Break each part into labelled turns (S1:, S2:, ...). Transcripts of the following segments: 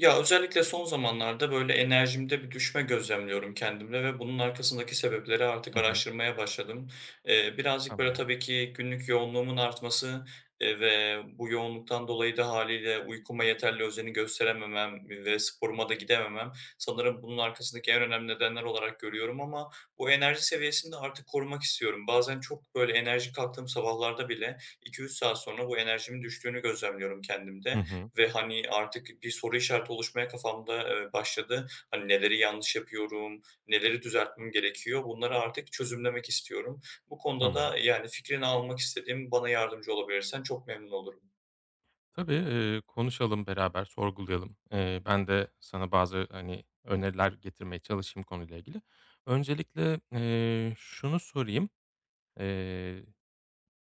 S1: Ya, özellikle son zamanlarda, enerjimde bir düşme gözlemliyorum kendimde ve bunun arkasındaki sebepleri artık
S2: Hı hı.
S1: araştırmaya başladım. Birazcık,
S2: Tamam.
S1: tabii ki günlük yoğunluğumun artması, ve bu yoğunluktan dolayı da haliyle uykuma yeterli özeni gösterememem ve sporuma da gidememem sanırım bunun arkasındaki en önemli nedenler olarak görüyorum ama bu enerji seviyesini de artık korumak istiyorum. Bazen çok, enerji kalktığım sabahlarda bile 2-3 saat sonra bu enerjimin düştüğünü gözlemliyorum
S2: Hı
S1: kendimde
S2: hı.
S1: ve, hani, artık bir soru işareti oluşmaya kafamda, başladı. Hani, neleri yanlış yapıyorum, neleri düzeltmem gerekiyor? Bunları artık çözümlemek istiyorum. Bu konuda
S2: Tamam.
S1: da, yani, fikrini almak istediğim bana yardımcı olabilirsen çok memnun olurum.
S2: Tabii, konuşalım beraber, sorgulayalım. Ben de sana bazı, hani, öneriler getirmeye çalışayım konuyla ilgili. Öncelikle, şunu sorayım.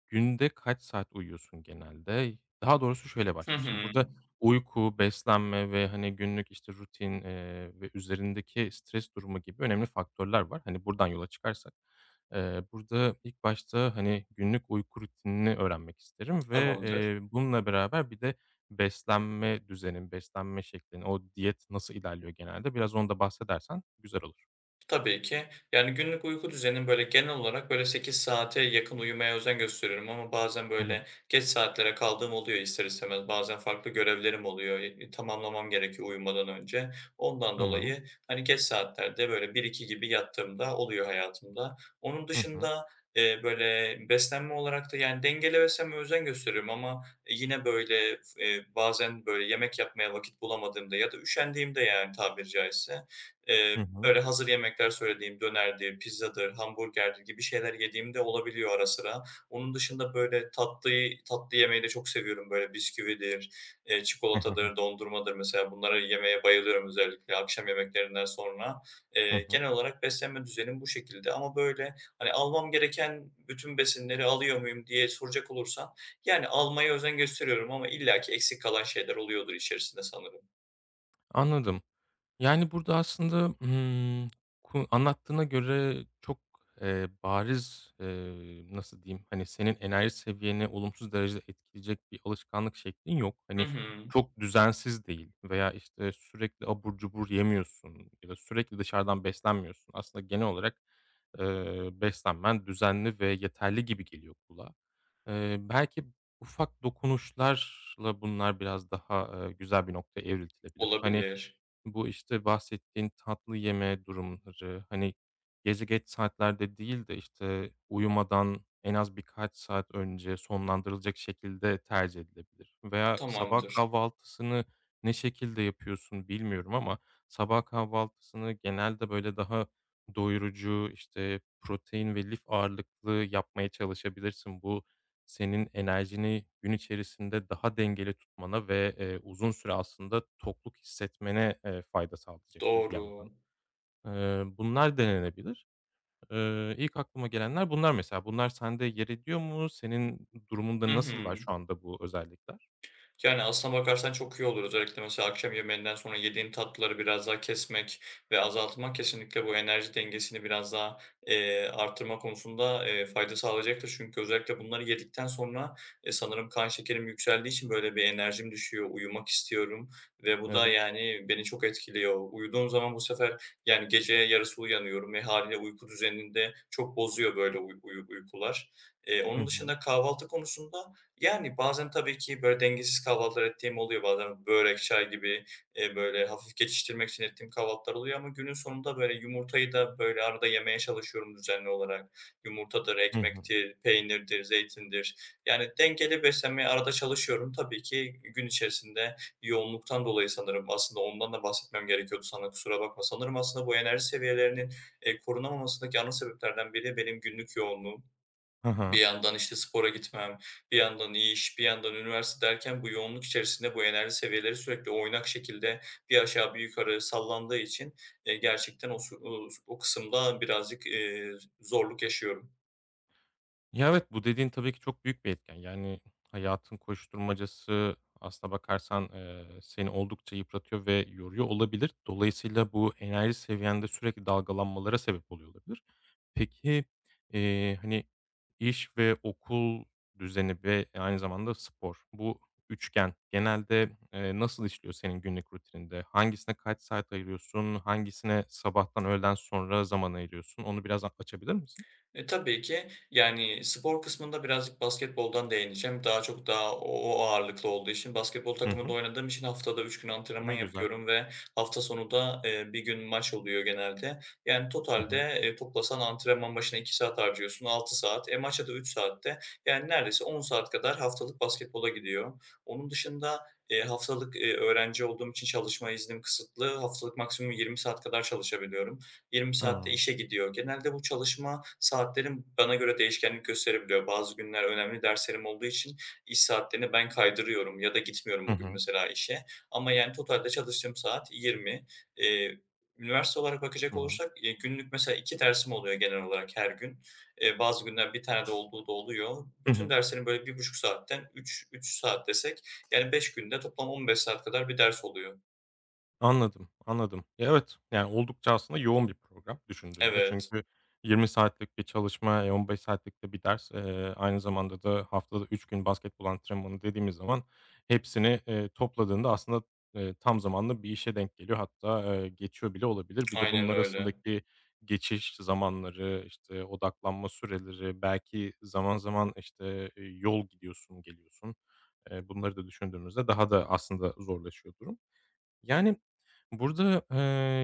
S2: Günde kaç saat uyuyorsun genelde? Daha doğrusu şöyle
S1: Hı
S2: başlayayım. Şimdi
S1: hı.
S2: burada uyku, beslenme ve, hani, günlük, işte, rutin, ve üzerindeki stres durumu gibi önemli faktörler var. Hani, buradan yola çıkarsak. Burada ilk başta, hani, günlük uyku rutinini öğrenmek isterim ve,
S1: Tamamdır.
S2: bununla beraber bir de beslenme düzenin, beslenme şeklin, o diyet nasıl ilerliyor genelde? Biraz onu da bahsedersen güzel olur.
S1: Tabii ki. Yani, günlük uyku düzenim, genel olarak, 8 saate yakın uyumaya özen gösteriyorum ama bazen,
S2: Hı hı.
S1: geç saatlere kaldığım oluyor ister istemez. Bazen farklı görevlerim oluyor, tamamlamam gerekiyor uyumadan önce. Ondan
S2: Tamam.
S1: dolayı, hani, geç saatlerde, bir iki gibi yattığımda oluyor hayatımda. Onun
S2: Hı hı.
S1: dışında, beslenme olarak da, yani, dengeli beslenmeye özen gösteriyorum ama yine, böyle, f bazen, yemek yapmaya vakit bulamadığımda ya da üşendiğimde, yani, tabiri caizse, e,
S2: Hı hı.
S1: öyle hazır yemekler söylediğim dönerdir, pizzadır, hamburgerdir gibi şeyler yediğim de olabiliyor ara sıra. Onun dışında, tatlıyı tatlı yemeyi de çok seviyorum. Böyle, bisküvidir, çikolatadır, dondurmadır mesela bunları yemeye bayılıyorum özellikle akşam yemeklerinden sonra.
S2: Hı hı.
S1: Genel olarak beslenme düzenim bu şekilde ama, hani, almam gereken bütün besinleri alıyor muyum diye soracak olursan, yani, almaya özen gösteriyorum ama illaki eksik kalan şeyler oluyordur içerisinde sanırım.
S2: Anladım. Yani, burada aslında, ku anlattığına göre çok, bariz, nasıl diyeyim, hani, senin enerji seviyeni olumsuz derecede etkileyecek bir alışkanlık şeklin yok.
S1: Hı
S2: Hani,
S1: hı.
S2: çok düzensiz değil veya, işte, sürekli abur cubur yemiyorsun ya da sürekli dışarıdan beslenmiyorsun. Aslında genel olarak, beslenmen düzenli ve yeterli gibi geliyor kulağa. Belki ufak dokunuşlarla bunlar biraz daha, güzel bir noktaya evriltilebilir. Hani,
S1: Olabilir.
S2: bu, işte, bahsettiğin tatlı yeme durumları, hani, gece geç saatlerde değil de, işte, uyumadan en az birkaç saat önce sonlandırılacak şekilde tercih edilebilir veya sabah
S1: Tamamdır.
S2: kahvaltısını ne şekilde yapıyorsun bilmiyorum ama sabah kahvaltısını genelde, böyle, daha doyurucu, işte, protein ve lif ağırlıklı yapmaya çalışabilirsin. Bu senin enerjini gün içerisinde daha dengeli tutmana ve, uzun süre aslında tokluk hissetmene, fayda sağlayacaktır bir
S1: Doğru.
S2: yandan. Bunlar denenebilir. İlk aklıma gelenler bunlar mesela. Bunlar sende yer ediyor mu? Senin
S1: Hı
S2: durumunda nasıllar
S1: hı.
S2: şu anda bu özellikler?
S1: Yani, aslına bakarsan çok iyi olur. Özellikle mesela akşam yemeğinden sonra yediğin tatlıları biraz daha kesmek ve azaltmak kesinlikle bu enerji dengesini biraz daha, arttırma konusunda, fayda sağlayacaktır. Çünkü özellikle bunları yedikten sonra, sanırım kan şekerim yükseldiği için böyle bir enerjim düşüyor, uyumak istiyorum ve bu da,
S2: Evet.
S1: yani, beni çok etkiliyor. Uyuduğum zaman bu sefer, yani, gece yarısı uyanıyorum ve hâliyle uyku düzenini de çok bozuyor böyle uy uyu uykular.
S2: Hı
S1: Onun
S2: hı.
S1: dışında kahvaltı konusunda, yani, bazen tabii ki böyle dengesiz kahvaltılar ettiğim oluyor. Bazen börek, çay gibi, böyle hafif geçiştirmek için ettiğim kahvaltılar oluyor ama günün sonunda böyle yumurtayı da böyle arada yemeye çalışıyorum düzenli olarak. Yumurtadır,
S2: Hı hı.
S1: ekmektir, peynirdir, zeytindir. Yani dengeli beslenmeye arada çalışıyorum. Tabii ki gün içerisinde yoğunluktan dolayı sanırım aslında ondan da bahsetmem gerekiyordu sana, kusura bakma. Sanırım aslında bu enerji seviyelerinin, korunamamasındaki ana sebeplerden biri benim günlük yoğunluğum.
S2: Hı
S1: Bir
S2: hı.
S1: yandan, işte, spora gitmem, bir yandan iş, bir yandan üniversite derken bu yoğunluk içerisinde bu enerji seviyeleri sürekli oynak şekilde bir aşağı bir yukarı sallandığı için, gerçekten o su o o kısımda birazcık, zorluk yaşıyorum.
S2: Ya, evet, bu dediğin tabii ki çok büyük bir etken. Yani, hayatın koşturmacası aslına bakarsan, seni oldukça yıpratıyor ve yoruyor olabilir. Dolayısıyla bu enerji seviyende sürekli dalgalanmalara sebep oluyor olabilir. Peki, hani, iş ve okul düzeni ve aynı zamanda spor, bu üçgen genelde, nasıl işliyor senin günlük rutininde? Hangisine kaç saat ayırıyorsun? Hangisine sabahtan öğleden sonra zaman ayırıyorsun? Onu biraz a açabilir misin?
S1: Tabii ki. Yani, spor kısmında birazcık basketboldan değineceğim. Daha çok daha o ağırlıklı olduğu için basketbol
S2: Hı
S1: takımında
S2: hı.
S1: oynadığım için haftada 3 gün antrenman
S2: Ne güzel.
S1: yapıyorum ve hafta sonu da, 1 gün maç oluyor genelde. Yani,
S2: Hı
S1: totalde,
S2: hı.
S1: toplasan antrenman başına 2 saat harcıyorsun, 6 saat. Maça da 3 saatte, yani, neredeyse 10 saat kadar haftalık basketbola gidiyor. Onun dışında, haftalık, öğrenci olduğum için çalışma iznim kısıtlı. Haftalık maksimum 20 saat kadar çalışabiliyorum. 20 saatte
S2: Ha.
S1: işe gidiyor. Genelde bu çalışma saatlerim bana göre değişkenlik gösterebiliyor. Bazı günler önemli derslerim olduğu için iş saatlerini ben kaydırıyorum ya da gitmiyorum
S2: Hı
S1: o gün
S2: hı.
S1: mesela işe. Ama yani totalde çalıştığım saat 20. Eee, Üniversite olarak bakacak
S2: Tamam.
S1: olursak, günlük mesela 2 dersim oluyor genel olarak her gün. Bazı günler bir tane de olduğu da oluyor.
S2: Hı
S1: Bütün
S2: hı.
S1: derslerim böyle bir buçuk saatten 3 saat desek yani 5 günde toplam 15 saat kadar bir ders oluyor.
S2: Anladım, anladım. Ya evet, yani oldukça aslında yoğun bir program düşündüğünde.
S1: Evet,
S2: Çünkü 20 saatlik bir çalışma, 15 saatlik de bir ders, aynı zamanda da haftada 3 gün basketbol antrenmanı dediğimiz zaman hepsini, topladığında aslında, tam zamanlı bir işe denk geliyor. Hatta, geçiyor bile olabilir. Bir de bunun
S1: aynen öyle.
S2: arasındaki geçiş zamanları, işte, odaklanma süreleri, belki zaman zaman, işte, yol gidiyorsun, geliyorsun. Bunları da düşündüğümüzde daha da aslında zorlaşıyor durum. Yani, burada,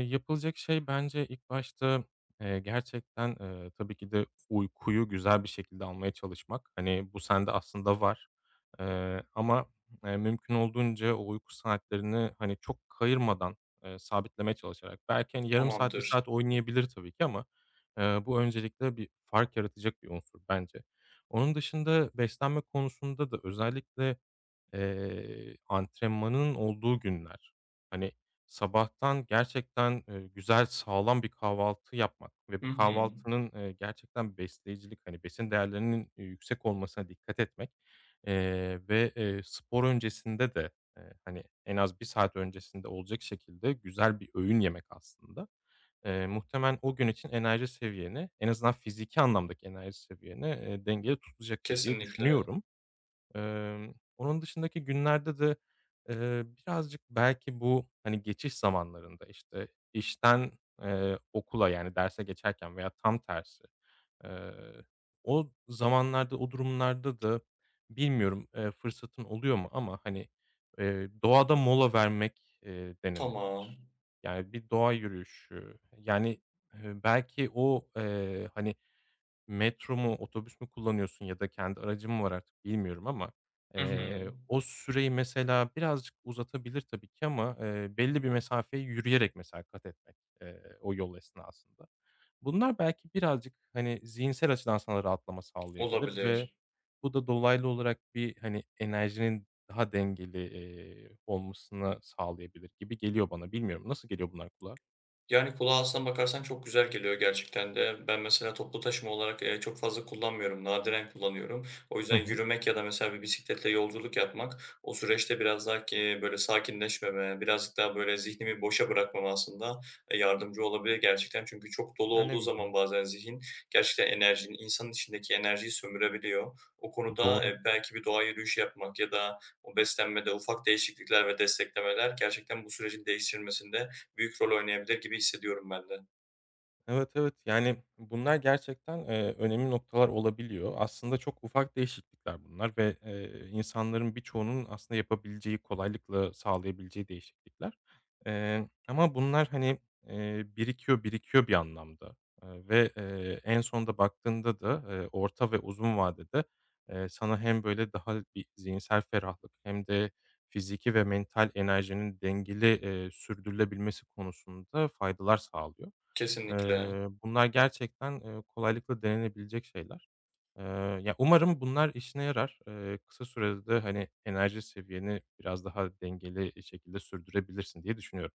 S2: yapılacak şey bence ilk başta, gerçekten, tabii ki de uykuyu güzel bir şekilde almaya çalışmak. Hani, bu sende aslında var, ama mümkün olduğunca o uyku saatlerini, hani, çok kayırmadan, sabitlemeye çalışarak belki, hani, yarım saat, bir
S1: Tamamdır.
S2: saat oynayabilir tabii ki ama, bu öncelikle bir fark yaratacak bir unsur bence. Onun dışında beslenme konusunda da özellikle antrenmanın olduğu günler. Hani, sabahtan gerçekten, güzel sağlam bir kahvaltı yapmak ve
S1: Hı
S2: bu
S1: hı.
S2: kahvaltının, gerçekten besleyicilik, hani, besin değerlerinin, yüksek olmasına dikkat etmek, ve spor öncesinde de, hani, en az bir saat öncesinde olacak şekilde güzel bir öğün yemek aslında. Muhtemelen o gün için enerji seviyeni, en azından fiziki anlamdaki enerji seviyeni, dengede tutacaktır diye
S1: Kesinlikle.
S2: düşünüyorum. Onun dışındaki günlerde de, birazcık belki bu, hani, geçiş zamanlarında, işte, işten, okula, yani, derse geçerken veya tam tersi, eee, o zamanlarda, o durumlarda da bilmiyorum, fırsatın oluyor mu ama, hani, doğada mola vermek,
S1: Tamam.
S2: denenebilir. Yani, bir doğa yürüyüşü, yani, belki o, hani, metro mu, otobüs mü kullanıyorsun ya da kendi aracın mı var artık bilmiyorum ama,
S1: Hı hı.
S2: o süreyi mesela birazcık uzatabilir tabii ki ama, belli bir mesafeyi yürüyerek mesela kat etmek, o yol esnasında. Bunlar belki birazcık, hani, zihinsel açıdan sana rahatlama sağlayabilir ve
S1: Olabilir.
S2: bu da dolaylı olarak bir, hani, enerjinin daha dengeli, olmasını sağlayabilir gibi geliyor bana. Bilmiyorum, nasıl geliyor bunlar kulağa?
S1: Yani, kulağa aslına bakarsan çok güzel geliyor gerçekten de. Ben mesela toplu taşıma olarak, çok fazla kullanmıyorum, nadiren kullanıyorum. O
S2: Hı
S1: yüzden
S2: hı.
S1: yürümek ya da mesela bir bisikletle yolculuk yapmak o süreçte biraz daha ki böyle sakinleşmeme, birazcık daha böyle zihnimi boşa bırakmama aslında, yardımcı olabilir gerçekten. Çünkü çok dolu
S2: Ya, ne
S1: olduğu zaman
S2: güzel.
S1: bazen zihin gerçekten enerjinin, insanın içindeki enerjiyi sömürebiliyor. O konuda,
S2: Doğru.
S1: belki bir doğa yürüyüşü yapmak ya da o beslenmede ufak değişiklikler ve desteklemeler gerçekten bu sürecin değiştirmesinde büyük rol oynayabilir gibi hissediyorum ben de.
S2: Evet, evet. Yani, bunlar gerçekten, önemli noktalar olabiliyor. Aslında çok ufak değişiklikler bunlar ve, insanların birçoğunun aslında yapabileceği, kolaylıkla sağlayabileceği değişiklikler. Ama bunlar, hani, birikiyor bir anlamda, ve en sonda baktığında da, orta ve uzun vadede, sana hem böyle daha bir zihinsel ferahlık hem de fiziki ve mental enerjinin dengeli, sürdürülebilmesi konusunda faydalar sağlıyor.
S1: Kesinlikle.
S2: Bunlar gerçekten, kolaylıkla denenebilecek şeyler. Eee, Ya, umarım bunlar işine yarar. Kısa sürede de, hani, enerji seviyeni biraz daha dengeli şekilde sürdürebilirsin diye düşünüyorum.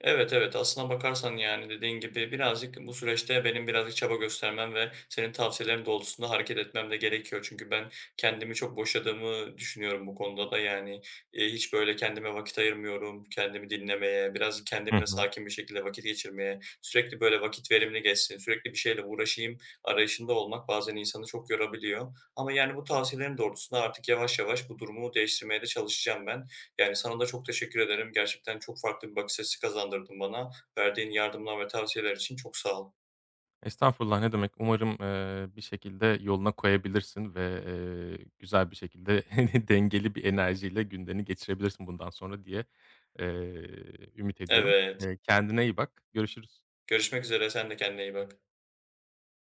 S1: Evet, evet, aslına bakarsan, yani, dediğin gibi birazcık bu süreçte benim birazcık çaba göstermem ve senin tavsiyelerin doğrultusunda hareket etmem de gerekiyor. Çünkü ben kendimi çok boşadığımı düşünüyorum bu konuda da. Yani, hiç böyle kendime vakit ayırmıyorum, kendimi dinlemeye, biraz
S2: Hı
S1: kendimle
S2: hı.
S1: sakin bir şekilde vakit geçirmeye, sürekli böyle vakit verimli geçsin, sürekli bir şeyle uğraşayım arayışında olmak bazen insanı çok yorabiliyor. Ama, yani, bu tavsiyelerin doğrultusunda artık yavaş yavaş bu durumu değiştirmeye de çalışacağım ben. Yani, sana da çok teşekkür ederim. Gerçekten çok farklı bir bakış açısı kazandırdın bana. Verdiğin yardımlar ve tavsiyeler için çok sağ ol.
S2: Estağfurullah, ne demek. Umarım, bir şekilde yoluna koyabilirsin ve güzel bir şekilde dengeli bir enerjiyle günlerini geçirebilirsin bundan sonra diye, ümit ediyorum.
S1: Evet.
S2: Kendine iyi bak. Görüşürüz.
S1: Görüşmek üzere. Sen de kendine iyi bak.